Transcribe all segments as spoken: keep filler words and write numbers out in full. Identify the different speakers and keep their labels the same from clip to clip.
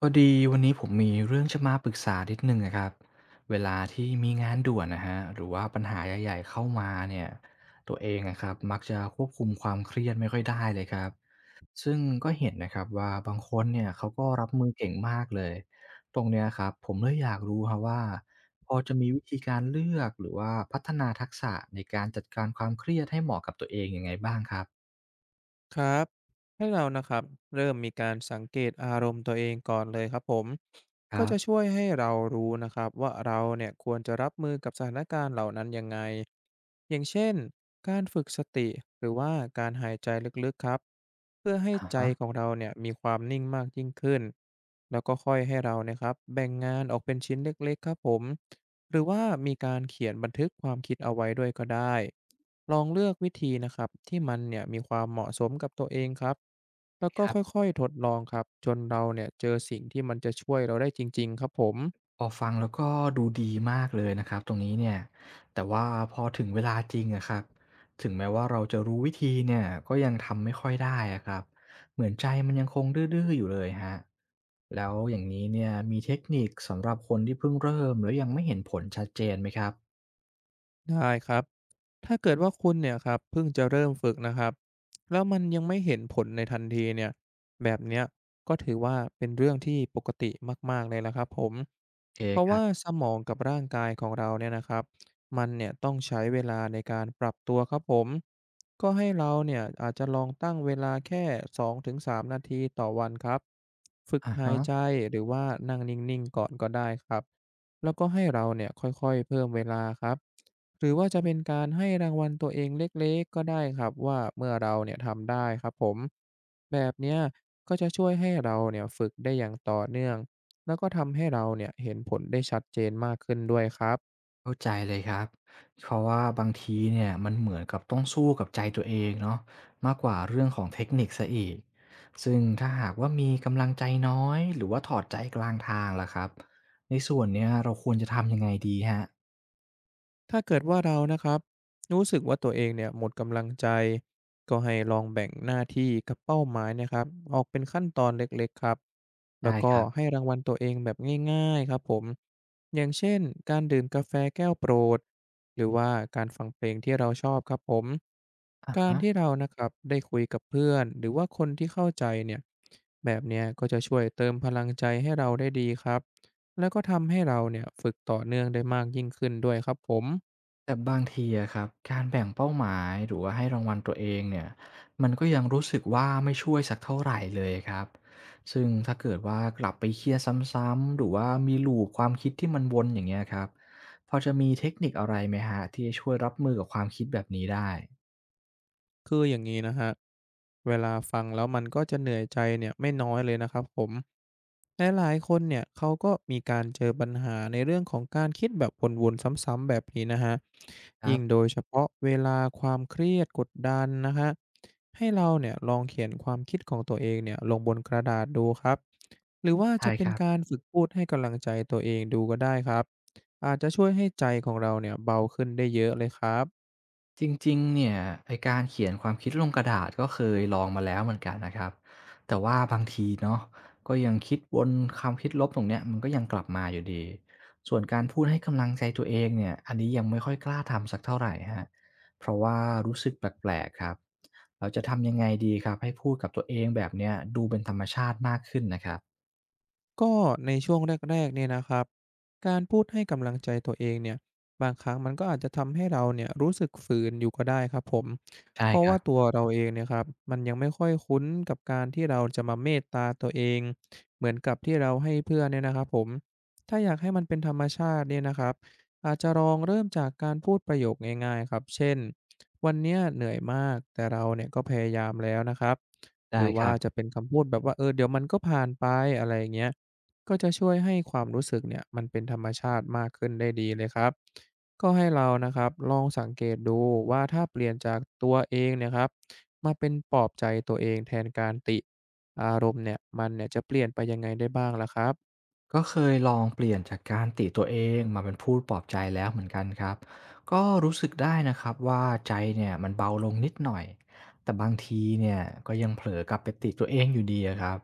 Speaker 1: พอดีวันนี้ผมมีเรื่องจะมาปรึกษานิดหนึ่งนะครับเวลาที่มีงานด่วนนะฮะหรือว่าปัญหาใหญ่ๆเข้ามาเนี่ยตัวเองนะครับมักจะควบคุมความเครียดไม่ค่อยได้เลยครับซึ่งก็เห็นนะครับว่าบางคนเนี่ยเขาก็รับมือเก่งมากเลยตรงเนี้ยครับผมเลยอยากรู้ครับว่าพอจะมีวิธีการเลือกหรือว่าพัฒนาทักษะในการจัดการความเครียดให้เหมาะกับตัวเองยังไงบ้างครับ
Speaker 2: ครับให้เรานะครับเริ่มมีการสังเกตอารมณ์ตัวเองก่อนเลยครับผม
Speaker 1: ค
Speaker 2: ก็
Speaker 1: รับ
Speaker 2: จะช่วยให้เรารู้นะครับว่าเราเนี่ยควรจะรับมือกับสถานการณ์เหล่านั้นยังไงอย่างเช่นการฝึกสติหรือว่าการหายใจลึกๆครับเพื่อให้
Speaker 1: อะ
Speaker 2: ใจ
Speaker 1: ฮะ
Speaker 2: ของเราเนี่ยมีความนิ่งมากยิ่งขึ้นแล้วก็ค่อยให้เรานะครับแบ่งงานออกเป็นชิ้นเล็กๆครับผม หรือว่ามีการเขียนบันทึกความคิดเอาไว้ด้วยก็ได้ลองเลือกวิธีนะครับที่มันเนี่ยมีความเหมาะสมกับตัวเองครับแล้วก็
Speaker 1: ครับ
Speaker 2: ค่อยๆทดลองครับจนเราเนี่ยเจอสิ่งที่มันจะช่วยเราได้จริงๆครับผม
Speaker 1: พอฟังแล้วก็ดูดีมากเลยนะครับตรงนี้เนี่ยแต่ว่าพอถึงเวลาจริงอะครับถึงแม้ว่าเราจะรู้วิธีเนี่ยก็ยังทำไม่ค่อยได้อะครับเหมือนใจมันยังคงดื้อๆอยู่เลยครับแล้วอย่างนี้เนี่ยมีเทคนิคสำหรับคนที่เพิ่งเริ่มแล้วยังไม่เห็นผลชัดเจนไหมครับ
Speaker 2: ได้ครับถ้าเกิดว่าคุณเนี่ยครับเพิ่งจะเริ่มฝึกนะครับแล้วมันยังไม่เห็นผลในทันทีเนี่ยแบบเนี้ยก็ถือว่าเป็นเรื่องที่ปกติมากๆเลยละครับผม
Speaker 1: โอเค
Speaker 2: เพราะ
Speaker 1: ครั
Speaker 2: ว่า
Speaker 1: บ
Speaker 2: สมองกับร่างกายของเราเนี่ยนะครับมันเนี่ยต้องใช้เวลาในการปรับตัวครับผมก็ให้เราเนี่ยอาจจะลองตั้งเวลาแค่สสองงถึงสามนาทีต่อวันครับฝึก
Speaker 1: อะ
Speaker 2: หาย
Speaker 1: ฮะ
Speaker 2: ใจหรือว่านั่งนิ่งๆก่อนก็ได้ครับแล้วก็ให้เราเนี่ยค่อยๆเพิ่มเวลาครับ หรือว่าจะเป็นการให้รางวัลตัวเองเล็กๆก็ได้ครับว่าเมื่อเราเนี่ยทำได้ครับผมแบบเนี้ยก็จะช่วยให้เราเนี่ยฝึกได้อย่างต่อเนื่องแล้วก็ทำให้เราเนี่ยเห็นผลได้ชัดเจนมากขึ้นด้วยครับ
Speaker 1: เข้าใจเลยครับเพราะว่าบางทีเนี่ยมันเหมือนกับต้องสู้กับใจตัวเองเนาะมากกว่าเรื่องของเทคนิคซะอีกซึ่งถ้าหากว่ามีกำลังใจน้อยหรือว่าถอดใจกลางทางล่ะครับในส่วนเนี้ยเราควรจะทำยังไงดีฮะ
Speaker 2: ถ้าเกิดว่าเรานะครับรู้สึกว่าตัวเองเนี่ยหมดกำลังใจก็ให้ลองแบ่งหน้าที่กับเป้าหมายนะครับออกเป็นขั้นตอนเล็กๆครับแล้ว
Speaker 1: ได้
Speaker 2: ก็
Speaker 1: ครับ
Speaker 2: ให้รางวัลตัวเองแบบง่ายๆครับผมอย่างเช่นการดื่มกาแฟแก้วโปรดหรือว่าการฟังเพลงที่เราชอบครับผม
Speaker 1: อ
Speaker 2: การ
Speaker 1: ะ
Speaker 2: ที่เรานะครับได้คุยกับเพื่อนหรือว่าคนที่เข้าใจเนี่ยแบบเนี้ยก็จะช่วยเติมพลังใจให้เราได้ดีครับแล้วก็ทำให้เราเนี่ยฝึกต่อเนื่องได้มากยิ่งขึ้นด้วยครับผม
Speaker 1: แต่บางทีอะครับการแบ่งเป้าหมายหรือว่าให้รางวัลตัวเองเนี่ยมันก็ยังรู้สึกว่าไม่ช่วยสักเท่าไหร่เลยครับซึ่งถ้าเกิดว่ากลับไปเครียดซ้ำๆหรือว่ามีหล o p ความคิดที่มันวนอย่างเงี้ยครับพอจะมีเทคนิคอะไรไหมฮะที่จะช่วยรับมือกับความคิดแบบนี้ได้
Speaker 2: คืออย่างนี้นะคะเวลาฟังแล้วมันก็จะเหนื่อยใจเนี่ยไม่น้อยเลยนะครับผมหลายๆคนเนี่ยเขาก็มีการเจอปัญหาในเรื่องของการคิดแบบวนๆซ้ำๆแบบนี้นะฮะ
Speaker 1: ครั
Speaker 2: ยิ่ง
Speaker 1: บ
Speaker 2: โดยเฉพาะเวลาความเครียดกดดันนะคะ ให้เราเนี่ยลองเขียนความคิดของตัวเองเนี่ยลงบนกระดาษดูครับ หรือว่าจะ
Speaker 1: ใช่
Speaker 2: เป็
Speaker 1: ค
Speaker 2: น
Speaker 1: รับ
Speaker 2: การฝึกพูดให้กำลังใจตัวเองดูก็ได้ครับ อาจจะช่วยให้ใจของเราเนี่ยเบาขึ้นได้เยอะเลยครับ
Speaker 1: จริงๆเนี่ยไอ้การเขียนความคิดลงกระดาษก็เคยลองมาแล้วเหมือนกันนะครับ แต่ว่าบางทีเนาะก็ยังคิดวนความคิดลบตรงเนี้ยมันก็ยังกลับมาอยู่ดีส่วนการพูดให้กำลังใจตัวเองเนี่ยอันนี้ยังไม่ค่อยกล้าทำสักเท่าไรครับเพราะว่ารู้สึกแปลกๆครับ เราจะทำยังไงดีครับให้พูดกับตัวเองแบบเนี้ยดูเป็นธรรมชาติมากขึ้นนะครับ
Speaker 2: ก็ในช่วงแรกๆเนี่ยนะครับการพูดให้กำลังใจตัวเองเนี่ยบางครั้งมันก็อาจจะทำให้เราเนี่ยรู้สึกฝืนอยู่ก็ได้ครับผม
Speaker 1: ใช่
Speaker 2: เพราะ
Speaker 1: ครั
Speaker 2: ว่า
Speaker 1: บ
Speaker 2: อตัวเราเองเนี่ยครับมันยังไม่ค่อยคุ้นกับการที่เราจะมาเมตตาตัวเองเหมือนกับที่เราให้เพื่อนเนี่ยนะครับผมถ้าอยากให้มันเป็นธรรมชาติเนี่ยนะครับอาจจะลองเริ่มจากการพูดประโยคง่ายๆครับเช่นวันเนี้ยเหนื่อยมากแต่เราเนี่ยก็พยายามแล้วนะครับห
Speaker 1: ได้
Speaker 2: รือ
Speaker 1: ค
Speaker 2: ว่า
Speaker 1: รับ
Speaker 2: จะเป็นคำพูดแบบว่าเออเดี๋ยวมันก็ผ่านไปอะไรอย่างเงี้ย ก็จะช่วยให้ความรู้สึกเนี่ยมันเป็นธรรมชาติมากขึ้นได้ดีเลยครับก็ให้เรานะครับลองสังเกตดูว่าถ้าเปลี่ยนจากตัวเองเนี่ยครับมาเป็นปลอบใจตัวเองแทนการติอารมณ์เนี่ยมันเนี่ยจะเปลี่ยนไปยังไงได้บ้างล่ะครับ
Speaker 1: ก็เคยลองเปลี่ยนจากการติตัวเองมาเป็นพูดปลอบใจแล้วเหมือนกันครับก็รู้สึกได้นะครับว่าใจเนี่ยมันเบาลงนิดหน่อยแต่บางทีเนี่ยก็ยังเผลอกลับไปติตัวเองอยู่ดีอะครับ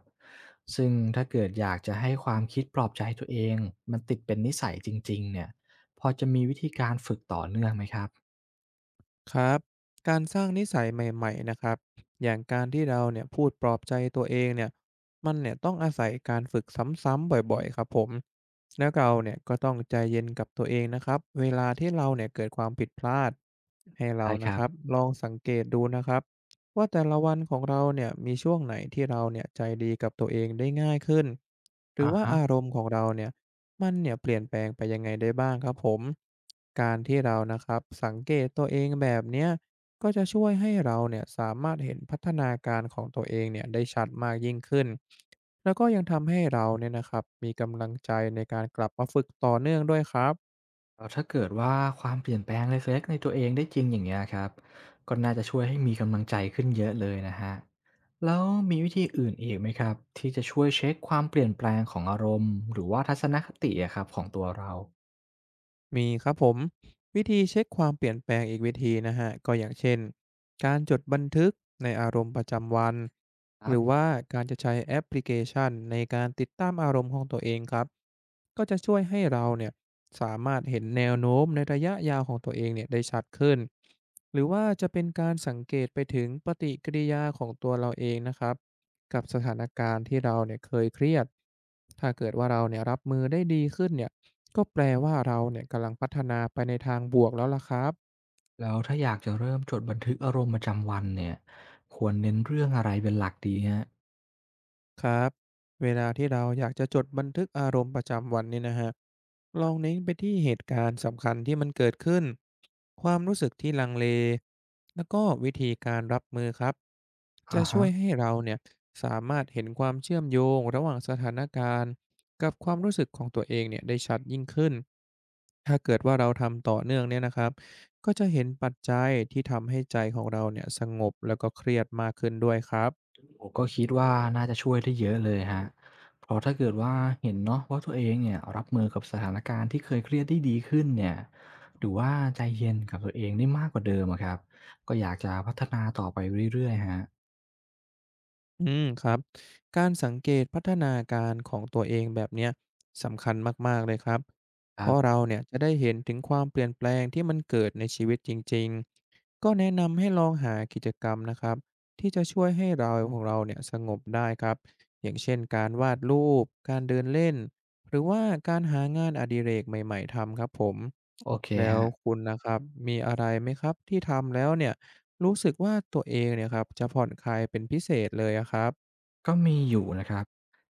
Speaker 1: ซึ่งถ้าเกิดอยากจะให้ความคิดปลอบใจตัวเองมันติดเป็นนิสัยจริงๆเนี่ยพอจะมีวิธีการฝึกต่อเนื่องไหมครับ
Speaker 2: ครับการสร้างนิสัยใหม่ๆนะครับอย่างการที่เราเนี่ยพูดปลอบใจตัวเองเนี่ยมันเนี่ยต้องอาศัยการฝึกซ้ำๆบ่อยๆครับผมแล้วเราเนี่ยก็ต้องใจเย็นกับตัวเองนะครับเวลาที่เราเนี่ยเกิดความผิดพลาดให้เรา
Speaker 1: ได้ค
Speaker 2: นะค
Speaker 1: รับ
Speaker 2: รับลองสังเกตดูนะครับว่าแต่ละวันของเราเนี่ยมีช่วงไหนที่เราเนี่ยใจดีกับตัวเองได้ง่ายขึ้นหรือ
Speaker 1: อ่า
Speaker 2: ว่า
Speaker 1: ฮะ
Speaker 2: อารมณ์ของเราเนี่ย มันเนี่ยเปลี่ยนแปลงไปยังไงได้บ้างครับผมการที่เรานะครับสังเกตตัวเองแบบเนี้ยก็จะช่วยให้เราเนี่ยสามารถเห็นพัฒนาการของตัวเองเนี่ยได้ชัดมากยิ่งขึ้นแล้วก็ยังทำให้เราเนี่ยนะครับมีกำลังใจในการกลับมาฝึกต่อเนื่องด้วยครับ
Speaker 1: แล้วถ้าเกิดว่าความเปลี่ยนแปลงเล็กๆในตัวเองได้จริงอย่างเงี้ยครับก็น่าจะช่วยให้มีกำลังใจขึ้นเยอะเลยนะฮะแล้วมีวิธีอื่นอีกไหมครับที่จะช่วยเช็คความเปลี่ยนแปลงของอารมณ์หรือว่าทัศนคติอะครับของตัวเรา
Speaker 2: มีครับผมวิธีเช็คความเปลี่ยนแปลงอีกวิธีนะฮะก็อย่างเช่นการจดบันทึกในอารมณ์ประจำวัน
Speaker 1: ค
Speaker 2: ห
Speaker 1: รั
Speaker 2: รือ
Speaker 1: บ
Speaker 2: ว่าการจะใช้แอปพลิเคชันในการติดตามอารมณ์ของตัวเองครับก็จะช่วยให้เราเนี่ยสามารถเห็นแนวโน้มในระยะยาวของตัวเองเนี่ยได้ชัดขึ้นหรือว่าจะเป็นการสังเกตไปถึงปฏิกิริยาของตัวเราเองนะครับ กับสถานการณ์ที่เราเนี่ยเคยเครียด ถ้าเกิดว่าเราเนี่ยรับมือได้ดีขึ้นเนี่ย ก็แปลว่าเราเนี่ยกำลังพัฒนาไปในทางบวกแล้วล่ะครับ
Speaker 1: แล้วถ้าอยากจะเริ่มจดบันทึกอารมณ์ประจำวันเนี่ยควรเน้นเรื่องอะไรเป็นหลักดีฮะ
Speaker 2: ครับเวลาที่เราอยากจะจดบันทึกอารมณ์ประจำวันเนี่ยนะฮะลองเน้นไปที่เหตุการณ์สำคัญที่มันเกิดขึ้นความรู้สึกที่ลังเลแล้วก็วิธีการรับมือครับจะ
Speaker 1: อะ
Speaker 2: ช่
Speaker 1: ฮะ
Speaker 2: วยให้เราเนี่ยสามารถเห็นความเชื่อมโยงระหว่างสถานการณ์กับความรู้สึกของตัวเองเนี่ยได้ชัดยิ่งขึ้นถ้าเกิดว่าเราทำต่อเนื่องเนี่ยนะครับก็จะเห็นปัจจัยที่ทำให้ใจของเราเนี่ยสงบแล้วก็เครียดมากขึ้นด้วยครับ
Speaker 1: โอ้ก็คิดว่าน่าจะช่วยได้เยอะเลยครับเพราะถ้าเกิดว่าเห็นเนาะว่าตัวเองเนี่ยรับมือกับสถานการณ์ที่เคยเครียดได้ดีขึ้นเนี่ยหรือว่าใจเย็นกับตัวเองได้มากกว่าเดิมอะครับก็อยากจะพัฒนาต่อไปเรื่อยๆฮะ
Speaker 2: อืมครับการสังเกตพัฒนาการของตัวเองแบบเนี้ยสำคัญมากๆเลยครับ
Speaker 1: ค
Speaker 2: เพ
Speaker 1: รั
Speaker 2: ราะ
Speaker 1: บ
Speaker 2: เราเนี่ยจะได้เห็นถึงความเปลี่ยนแปลงที่มันเกิดในชีวิตจริงๆก็แนะนำให้ลองหากิจกรรมนะครับที่จะช่วยให้เราของเราเนี่ยสงบได้ครับอย่างเช่นการวาดรูปการเดินเล่นหรือว่าการหางานอดิเรกใหม่ๆทำครับผม
Speaker 1: โอเค
Speaker 2: แล้
Speaker 1: ค
Speaker 2: ว
Speaker 1: รับ
Speaker 2: คุณนะครับมีอะไรไหมครับที่ทำแล้วเนี่ยรู้สึกว่าตัวเองเนี่ยครับจะผ่อนคลายเป็นพิเศษเลยอะครับ
Speaker 1: ก็มีอยู่นะครับ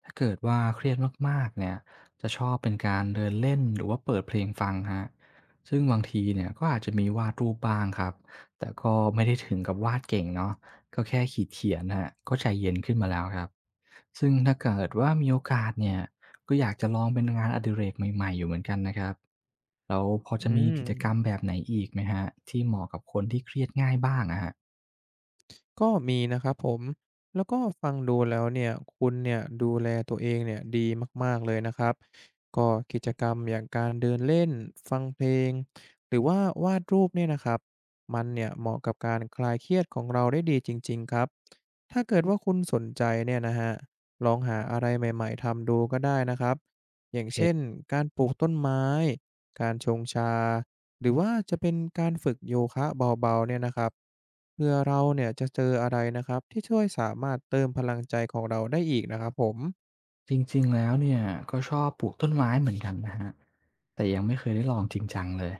Speaker 1: ถ้าเกิดว่าเครียดมากๆเนี่ยจะชอบเป็นการเดินเล่นหรือว่าเปิดเพลงฟังฮะซึ่งบางทีเนี่ยก็อาจจะมีวาดรูปบ้างครับแต่ก็ไม่ได้ถึงกับวาดเก่งเนาะก็แค่ขีดเขียนคะัก็ใจเย็นขึ้นมาแล้วครับซึ่งถ้าเกิดว่ามีโอกาสเนี่ย ก็อยากจะลองเป็นงานอดิเรกใหม่ๆอยู่เหมือนกันนะครับแล้วพอ
Speaker 2: อื
Speaker 1: จะมี
Speaker 2: ม
Speaker 1: กิจกรรมแบบไหนอีกไหมฮรที่เหมาะกับคนที่เครียดง่ายบ้างอะฮะ
Speaker 2: ก็มีนะครับผมแล้วก็ฟังดูแล้วเนี่ยคุณเนี่ยดูแลตัวเองเนี่ยดีมากๆเลยนะครับก็กิจกรรมอย่างการเดินเล่นฟังเพลงหรือว่าวาดรูปเนี่ยนะครับมันเนี่ยเหมาะกับการคลายเครียดของเราได้ดีจริงๆครับถ้าเกิดว่าคุณสนใจเนี่ยนะฮะับลองหาอะไรใหม่ๆทำดูก็ได้นะครับอย่า
Speaker 1: โอ
Speaker 2: ง
Speaker 1: เคร
Speaker 2: เช่นการปลูกต้นไม้การชงชา หรือว่าจะเป็นการฝึกโยคะเบาๆเนี่ยนะครับเพื่อเราเนี่ยจะเจออะไรนะครับที่ช่วยสามารถเติมพลังใจของเราได้อีกนะครับผม
Speaker 1: จริงๆแล้วเนี่ยก็ชอบปลูกต้นไม้เหมือนกันนะครับแต่ยังไม่เคยได้ลองจริงจังเลย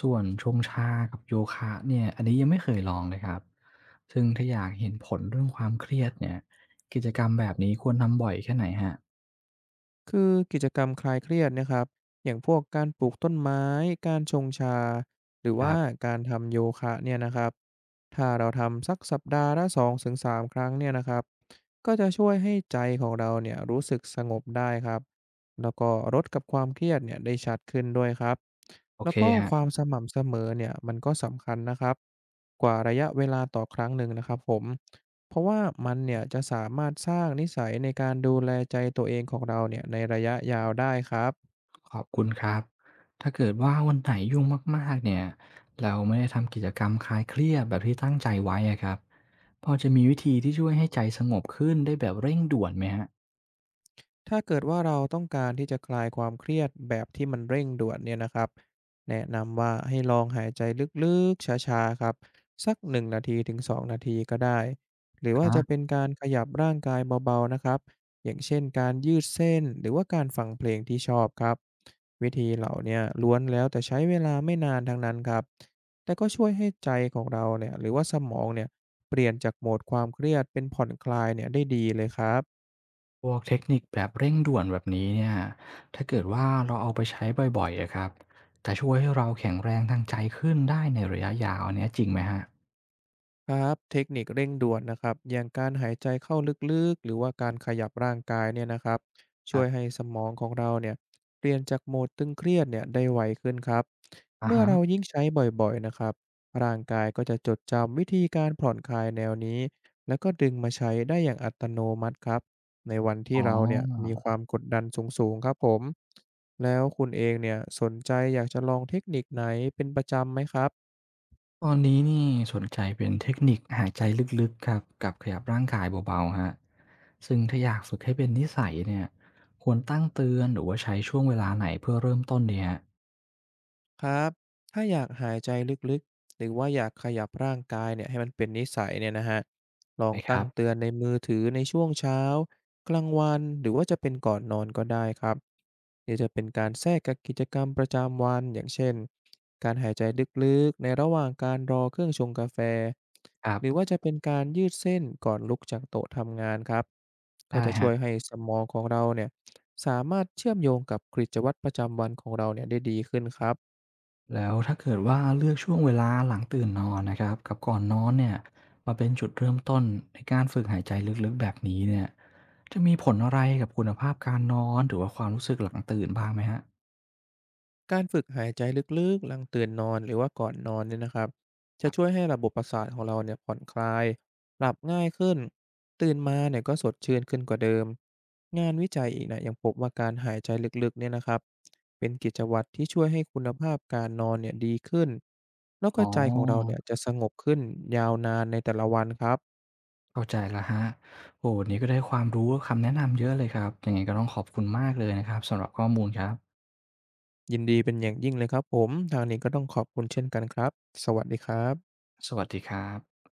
Speaker 1: ส่วนชงชากับโยคะเนี่ยอันนี้ยังไม่เคยลองเลยครับซึ่งถ้าอยากเห็นผลเรื่องความเครียดเนี่ยกิจกรรมแบบนี้ควรทำบ่อยแค่ไหนฮะ
Speaker 2: คือกิจกรรมคลายเครียดนะครับอย่างพวกการปลูกต้นไม้การชงชาหรือ
Speaker 1: ค
Speaker 2: ว่า
Speaker 1: รับ
Speaker 2: การทำโยคะเนี่ยนะครับถ้าเราทำสักสัปดาห์ละสองถึงสามครั้งครั้งเนี่ยนะครับก็จะช่วยให้ใจของเราเนี่ยรู้สึกสงบได้ครับแล้วก็ลดกับความเครียดเนี่ยได้ชัดขึ้นด้วยครับ
Speaker 1: โอ
Speaker 2: แล้
Speaker 1: เค
Speaker 2: วก็
Speaker 1: ครั
Speaker 2: ความ
Speaker 1: บ
Speaker 2: สม่ำเสมอเนี่ยมันก็สำคัญนะครับกว่าระยะเวลาต่อครั้งหนึ่งนะครับผม เพราะว่ามันเนี่ยจะสามารถสร้างนิสัยในการดูแลใจตัวเองของเราเนี่ยในระยะยาวได้ครับ
Speaker 1: ขอบคุณครับถ้าเกิดว่าวันไหนยุ่งมากๆเนี่ยเราไม่ได้ทำกิจกรรมคลายเครียดแบบที่ตั้งใจไว้อะครับพอจะมีวิธีที่ช่วยให้ใจสงบขึ้นได้แบบเร่งด่วนไหมครับ
Speaker 2: ถ้าเกิดว่าเราต้องการที่จะคลายความเครียดแบบที่มันเร่งด่วนเนี่ยนะครับ แนะนำว่าให้ลองหายใจลึกๆช้าๆ ครับสักหนึ่งนาทีนงนาทีถึงสองนาทีนาทีก็ได้ หรือ
Speaker 1: อะ
Speaker 2: ว่า
Speaker 1: ฮะ
Speaker 2: จะเป็นการขยับร่างกายเบาๆ นะครับ อย่างเช่นการยืดเส้นหรือว่าการฟังเพลงที่ชอบครับวิธีเหล่าเนี้ล้วนแล้วแต่ใช้เวลาไม่นานทั้งนั้นครับแต่ก็ช่วยให้ใจของเราเนี่ยหรือว่าสมองเนี่ยเปลี่ยนจากโหมดความเครียดเป็นผ่อนคลายเนี่ยได้ดีเลยครับ
Speaker 1: พวกเทคนิคแบบเร่งด่วนแบบนี้เนี่ยถ้าเกิดว่าเราเอาไปใช้บ่อยๆอะครับจะช่วยให้เราแข็งแรงทางใจขึ้นได้ในระยะยาวอันเนี้ยจริงไหมฮะ
Speaker 2: ครับเทคนิคเร่งด่วนนะครับอย่างการหายใจเข้าลึกๆหรือว่าการขยับร่างกายเนี่ยนะครับ
Speaker 1: ค
Speaker 2: ช่ว
Speaker 1: รั
Speaker 2: ย
Speaker 1: บ
Speaker 2: ให้สมองของเราเนี่ยเปลี่ยนจากโหมดตึงเครียดเนี่ยได้ไวขึ้นครับ
Speaker 1: อะ
Speaker 2: เมื่อ
Speaker 1: ฮะ
Speaker 2: เรายิ่งใช้บ่อยๆนะครับร่างกายก็จะจดจำวิธีการผ่อนคลายแนวนี้แล้วก็ดึงมาใช้ได้อย่างอัตโนมัติครับในวันที่
Speaker 1: อ๋
Speaker 2: เราเนี่ย
Speaker 1: อ
Speaker 2: มีความกดดันสูงๆครับผมแล้วคุณเองเนี่ยสนใจอยากจะลองเทคนิคไหนเป็นประจำไหมครับ
Speaker 1: ตอนนี้นี่สนใจเป็นเทคนิคหายใจลึกๆครับกับขยับร่างกายเบาๆครับซึ่งถ้าอยากฝึกให้เป็นนิสัยเนี่ยควรตั้งเตือนหรือว่าใช้ช่วงเวลาไหนเพื่อเริ่มต้นดีครับ
Speaker 2: ครับถ้าอยากหายใจลึกๆ หรือว่าอยากขยับร่างกายเนี่ยให้มันเป็นนิสัยเนี่ยนะฮะลอง
Speaker 1: ได้ค
Speaker 2: ตั้
Speaker 1: รั
Speaker 2: ง
Speaker 1: บ
Speaker 2: เตือนในมือถือในช่วงเช้ากลางวันหรือว่าจะเป็นก่อนนอนก็ได้ครับหรือจะเป็นการแทรกกับกิจกรรมประจำวันอย่างเช่นการหายใจลึกๆในระหว่างการรอเครื่องชงกาแฟ
Speaker 1: ครั
Speaker 2: หรือว่า
Speaker 1: บ
Speaker 2: จะเป็นการยืดเส้นก่อนลุกจากโต๊ะทำงานครับก็
Speaker 1: ได้
Speaker 2: จะ
Speaker 1: ค
Speaker 2: ช่
Speaker 1: รั
Speaker 2: วย
Speaker 1: บ
Speaker 2: ให้สมองของเราเนี่ยสามารถเชื่อมโยงกับกิจวัตรประจำวันของเราเนี่ยได้ดีขึ้นครับ
Speaker 1: แล้วถ้าเกิดว่าเลือกช่วงเวลาหลังตื่นนอนนะครับกับก่อนนอนเนี่ยมาเป็นจุดเริ่มต้นในการฝึกหายใจลึกๆแบบนี้เนี่ยจะมีผลอะไรกับคุณภาพการนอนหรือว่าความรู้สึกหลังตื่นบ้างไหมฮะ
Speaker 2: การฝึกหายใจลึกๆหลังตื่นนอนหรือว่าก่อนนอนเนี่ยนะครับ
Speaker 1: ค
Speaker 2: จะ
Speaker 1: รั
Speaker 2: ช่วย
Speaker 1: บ
Speaker 2: ให้ระบบประสาทของเราเนี่ยผ่อนคลายหลับง่ายขึ้นตื่นมาเนี่ยก็สดชื่นขึ้นกว่าเดิม งานวิจัยอีกนะยังพบว่าการหายใจลึกๆเนี่ยนะครับเป็นกิจวัตรที่ช่วยให้คุณภาพการนอนเนี่ยดีขึ้น แล้วก็
Speaker 1: อ๋
Speaker 2: ใจของเราเนี่
Speaker 1: อ
Speaker 2: ยจะสงบขึ้นยาวนานในแต่ละวันครับ
Speaker 1: เข้าใจแล้วคโอ้โวันนี้ก็ได้ความรู้คำแนะนำเยอะเลยครับยังไงก็ต้องขอบคุณมากเลยนะครับสำหรับข้อมูลครับ
Speaker 2: ยินดีเป็นอย่างยิ่งเลยครับผมทางนี้ก็ต้องขอบคุณเช่นกันครับสวัสดีครับ
Speaker 1: สวัสดีครับ